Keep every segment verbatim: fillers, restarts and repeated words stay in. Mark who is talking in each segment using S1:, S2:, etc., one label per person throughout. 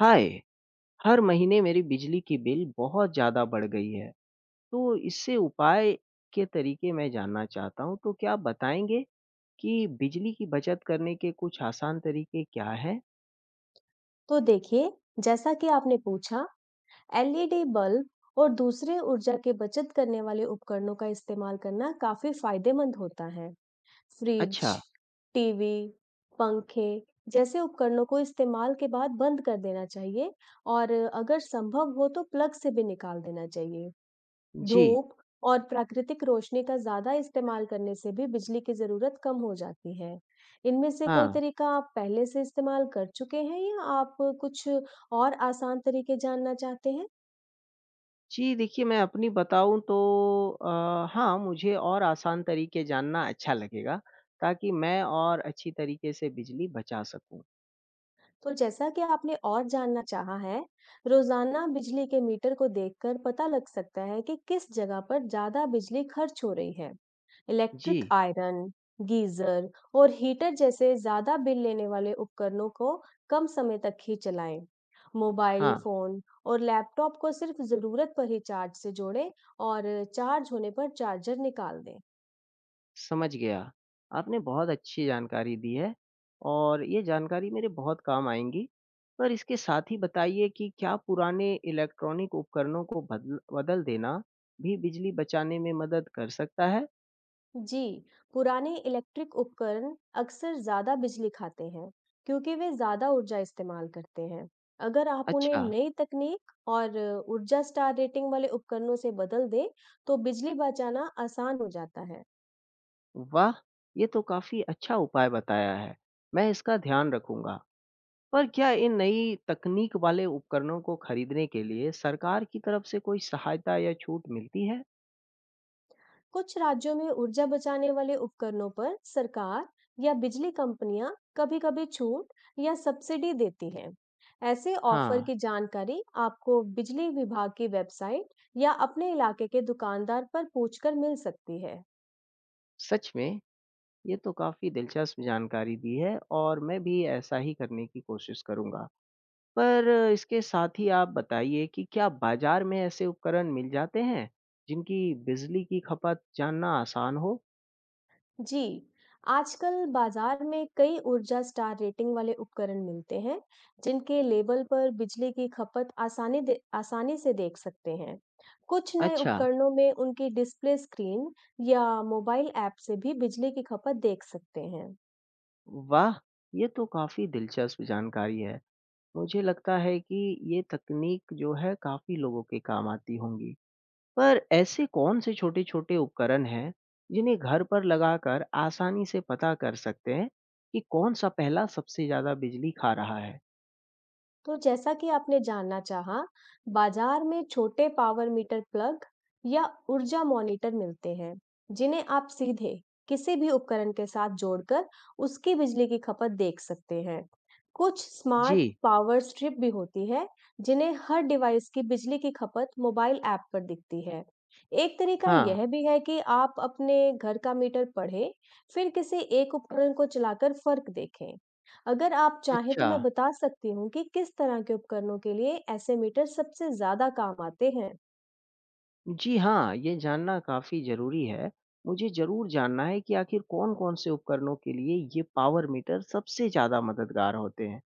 S1: हाय। हर महीने मेरी बिजली की बिल बहुत ज़्यादा बढ़ गई है। तो इससे उपाय के तरीके मैं जानना चाहता हूँ। तो क्या आप बताएंगे कि बिजली की बचत करने के कुछ आसान तरीके क्या हैं?
S2: तो देखिए, जैसा कि आपने पूछा, el ī dī बल्ब और दूसरे ऊर्जा की बचत करने वाले उपकरणों का इस्तेमाल करना काफी फायदेमंद होता है। फ्रिज,
S1: अच्छा।
S2: टीवी, पंखे जैसे उपकरणों को इस्तेमाल के बाद बंद कर देना चाहिए और अगर संभव हो तो प्लग से भी निकाल देना चाहिए।
S1: जी।
S2: धूप और प्राकृतिक रोशनी का ज़्यादा इस्तेमाल करने से भी बिजली की ज़रूरत कम हो जाती है। इनमें से कोई
S1: हाँ।
S2: तरीका आप पहले से इस्तेमाल कर चुके हैं या आप कुछ और आसान तरीके जानना चाहते हैं?
S1: जी देखिए, मैं अपनी बताऊँ तो अ, हाँ, मुझे और आसान तरीके जानना अच्छा लगेगा, ताकि मैं और अच्छी तरीके से बिजली बचा सकूँ।
S2: तो जैसा कि आपने और जानना चाहा है, रोजाना बिजली के मीटर को देखकर पता लग सकता है कि किस जगह पर ज्यादा बिजली खर्च हो रही है।
S1: जी।
S2: इलेक्ट्रिक आयरन, गीजर और हीटर जैसे ज्यादा बिल लेने वाले उपकरणों को कम समय तक ही चलाएं। मोबाइल
S1: हाँ।
S2: फोन और लैपटॉप को सिर्फ जरूरत पर ही चार्ज से जोड़ें और चार्ज होने पर चार्जर निकाल दें।
S1: समझ गया। आपने बहुत अच्छी जानकारी दी है और ये जानकारी मेरे बहुत काम आएँगी। पर इसके साथ ही बताइए कि क्या पुराने इलेक्ट्रॉनिक उपकरणों को बदल बदल देना भी बिजली बचाने में मदद कर सकता है?
S2: जी, पुराने इलेक्ट्रिक उपकरण अक्सर ज़्यादा बिजली खाते हैं, क्योंकि वे ज़्यादा ऊर्जा इस्तेमाल करते हैं। अगर आप उन्हें
S1: अच्छा।
S2: नई तकनीक और ऊर्जा स्टार रेटिंग वाले उपकरणों से बदल दें, तो बिजली बचाना आसान हो जाता है।
S1: वाह! ये तो काफ़ी अच्छा उपाय बताया है। मैं इसका ध्यान रखूँगा। पर क्या इन नई तकनीक वाले उपकरणों को खरीदने के लिए सरकार की तरफ से कोई सहायता या छूट मिलती है?
S2: कुछ राज्यों में ऊर्जा बचाने वाले उपकरणों पर सरकार या बिजली कंपनियां कभी-कभी छूट या सब्सिडी देती हैं। ऐसे ऑफर
S1: हाँ।
S2: की जानकारी आपको बिजली विभाग की वेबसाइट या अपने इलाके के दुकानदार पर पूछकर मिल सकती है।
S1: सच में। ये तो काफ़ी दिलचस्प जानकारी दी है और मैं भी ऐसा ही करने की कोशिश करूंगा। पर इसके साथ ही आप बताइए कि क्या बाजार में ऐसे उपकरण मिल जाते हैं जिनकी बिजली की खपत जानना आसान हो?
S2: जी, आजकल बाजार में कई ऊर्जा स्टार रेटिंग वाले उपकरण मिलते हैं, जिनके लेबल पर बिजली की खपत आसानी दे आसानी से देख सकते हैं। कुछ नए
S1: अच्छा।
S2: उपकरणों में उनकी डिस्प्ले स्क्रीन या मोबाइल ऐप से भी बिजली की खपत देख सकते हैं।
S1: वाह! ये तो काफ़ी दिलचस्प जानकारी है। मुझे लगता है कि ये तकनीक जो है काफ़ी लोगों के काम आती होंगी। पर ऐसे कौन से छोटे-छोटे उपकरण हैं, जिन्हें घर पर लगाकर आसानी से पता कर सकते हैं कि कौन-सा पहला सबसे ज़्यादा बिजली खा रहा है?
S2: तो जैसा कि आपने जानना चाहा, बाजार में छोटे पावर मीटर प्लग या ऊर्जा मॉनिटर मिलते हैं, जिन्हें आप सीधे किसी भी उपकरण के साथ जोड़कर उसकी बिजली की खपत देख सकते हैं। कुछ स्मार्ट
S1: जी।
S2: पावर स्ट्रिप भी होती है, जिन्हें हर डिवाइस की बिजली की खपत मोबाइल ऐप पर दिखती है। एक तरीका
S1: हाँ।
S2: यह भी है कि आप अपने घर का मीटर पढ़ें, फिर किसी एक उपकरण को चलाकर फर्क देखें। अगर आप चाहें तो
S1: अच्छा।
S2: मैं बता सकती हूँ कि किस तरह के उपकरणों के लिए ऐसे मीटर सबसे ज्यादा काम आते हैं।
S1: जी हाँ, ये जानना काफ़ी ज़रूरी है। मुझे ज़रूर जानना है कि आखिर कौन-कौन से उपकरणों के लिए ये पावर मीटर सबसे ज़्यादा मददगार होते हैं।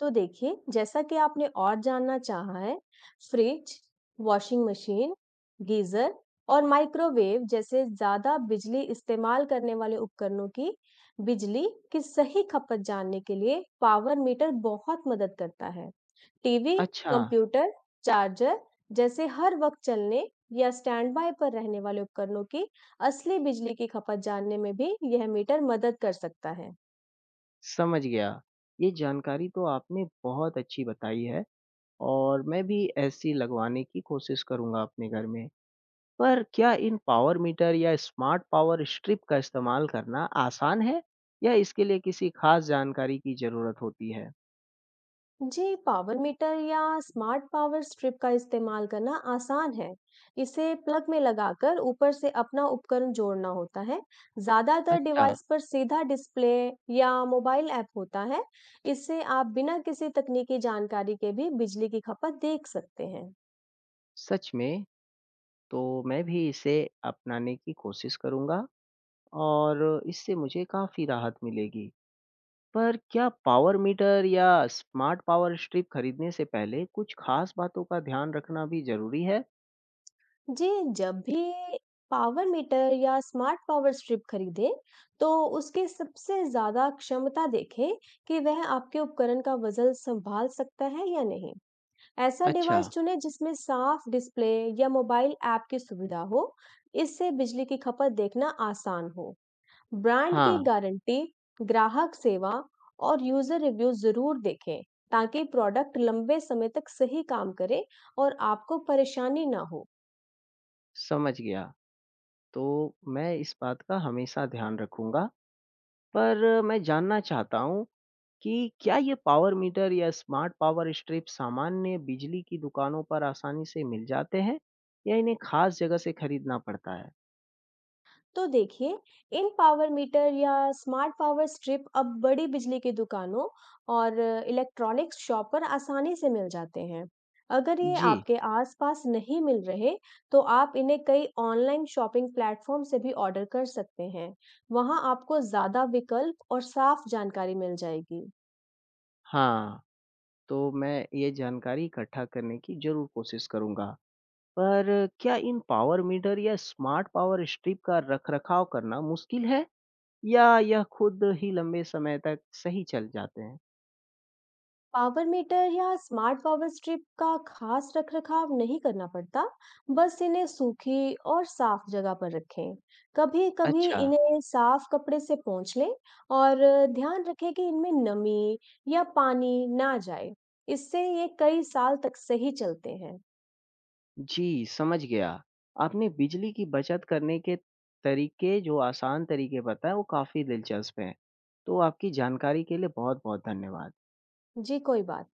S2: तो देखिए, जैसा कि आपने और जानना चाहा है, फ्रिज, वॉशिंग मशीन, गीजर और माइक्रोवेव जैसे ज्यादा बिजली इस्तेमाल करने वाले उपकरणों की बिजली की सही खपत जानने के लिए पावर मीटर बहुत मदद करता है। टीवी,
S1: अच्छा।
S2: कंप्यूटर, चार्जर जैसे हर वक़्त चलने या स्टैंड बाय पर रहने वाले उपकरणों की असली बिजली की खपत जानने में भी यह मीटर मदद कर सकता है।
S1: समझ गया। ये जानकारी तो आपने बहुत अच्छी बताई है और मैं भी ऐसी लगवाने की कोशिश करूँगा अपने घर में। पर क्या इन पावर मीटर या स्मार्ट पावर स्ट्रिप का इस्तेमाल करना आसान है या इसके लिए किसी खास जानकारी की ज़रूरत होती है?
S2: जी, पावर मीटर या स्मार्ट पावर स्ट्रिप का इस्तेमाल करना आसान है। इसे प्लग में लगाकर ऊपर से अपना उपकरण जोड़ना होता है। ज़्यादातर
S1: अच्छा।
S2: डिवाइस पर सीधा डिस्प्ले या मोबाइल ऐप होता है। इससे आप बिना किसी तकनीकी जानकारी के भी बिजली की खपत देख सकते हैं।
S1: सच में। तो मैं भी इसे अपनाने की कोशिश करूंगा और इससे मुझे काफ़ी राहत मिलेगी। पर क्या पावर मीटर या स्मार्ट पावर स्ट्रिप खरीदने से पहले कुछ खास बातों का ध्यान रखना भी ज़रूरी है?
S2: जी, जब भी पावर मीटर या स्मार्ट पावर स्ट्रिप खरीदें, तो उसकी सबसे ज़्यादा क्षमता देखें कि वह आपके उपकरण का वज़न सँभाल सकता है या नहीं। ऐसा
S1: अच्छा।
S2: डिवाइस चुनें जिसमें साफ डिस्प्ले या मोबाइल ऐप की सुविधा हो, इससे बिजली की खपत देखना आसान हो। ब्रांड
S1: हाँ।
S2: की गारंटी, ग्राहक सेवा और यूज़र रिव्यू ज़रूर देखें, ताकि प्रोडक्ट लंबे समय तक सही काम करे और आपको परेशानी ना हो।
S1: समझ गया। तो मैं इस बात का हमेशा ध्यान रखूंगा। पर मैं जानना चाहता हूँ कि क्या ये पावर मीटर या स्मार्ट पावर स्ट्रिप सामान्य बिजली की दुकानों पर आसानी से मिल जाते हैं या इन्हें खास जगह से खरीदना पड़ता है?
S2: तो देखिए, इन पावर मीटर या स्मार्ट पावर स्ट्रिप अब बड़ी बिजली की दुकानों और इलेक्ट्रॉनिक्स शॉप पर आसानी से मिल जाते हैं। अगर ये
S1: जी।
S2: आपके आसपास नहीं मिल रहे, तो आप इन्हें कई ऑनलाइन शॉपिंग प्लेटफॉर्म से भी ऑर्डर कर सकते हैं। वहाँ आपको ज़्यादा विकल्प और साफ जानकारी मिल जाएगी।
S1: हाँ। तो मैं ये जानकारी इकट्ठा करने की ज़रूर कोशिश करूँगा। पर क्या इन पावर मीटर या स्मार्ट पावर स्ट्रिप का रखरखाव करना मुश्किल है या यह खुद ही लंबे समय तक सही चल जाते हैं?
S2: पावर मीटर या स्मार्ट पावर स्ट्रिप का खास रखरखाव नहीं करना पड़ता, बस इन्हें सूखी और साफ जगह पर रखें। कभी कभी
S1: अच्छा।
S2: इन्हें साफ कपड़े से पोंछ लें और ध्यान रखें कि इनमें नमी या पानी ना जाए। इससे ये कई साल तक सही चलते हैं।
S1: जी, समझ गया। आपने बिजली की बचत करने के तरीके, जो आसान तरीके बताए, वो काफ़ी दिलचस्प हैं। तो आपकी जानकारी के लिए बहुत-बहुत धन्यवाद।
S2: जी, कोई बात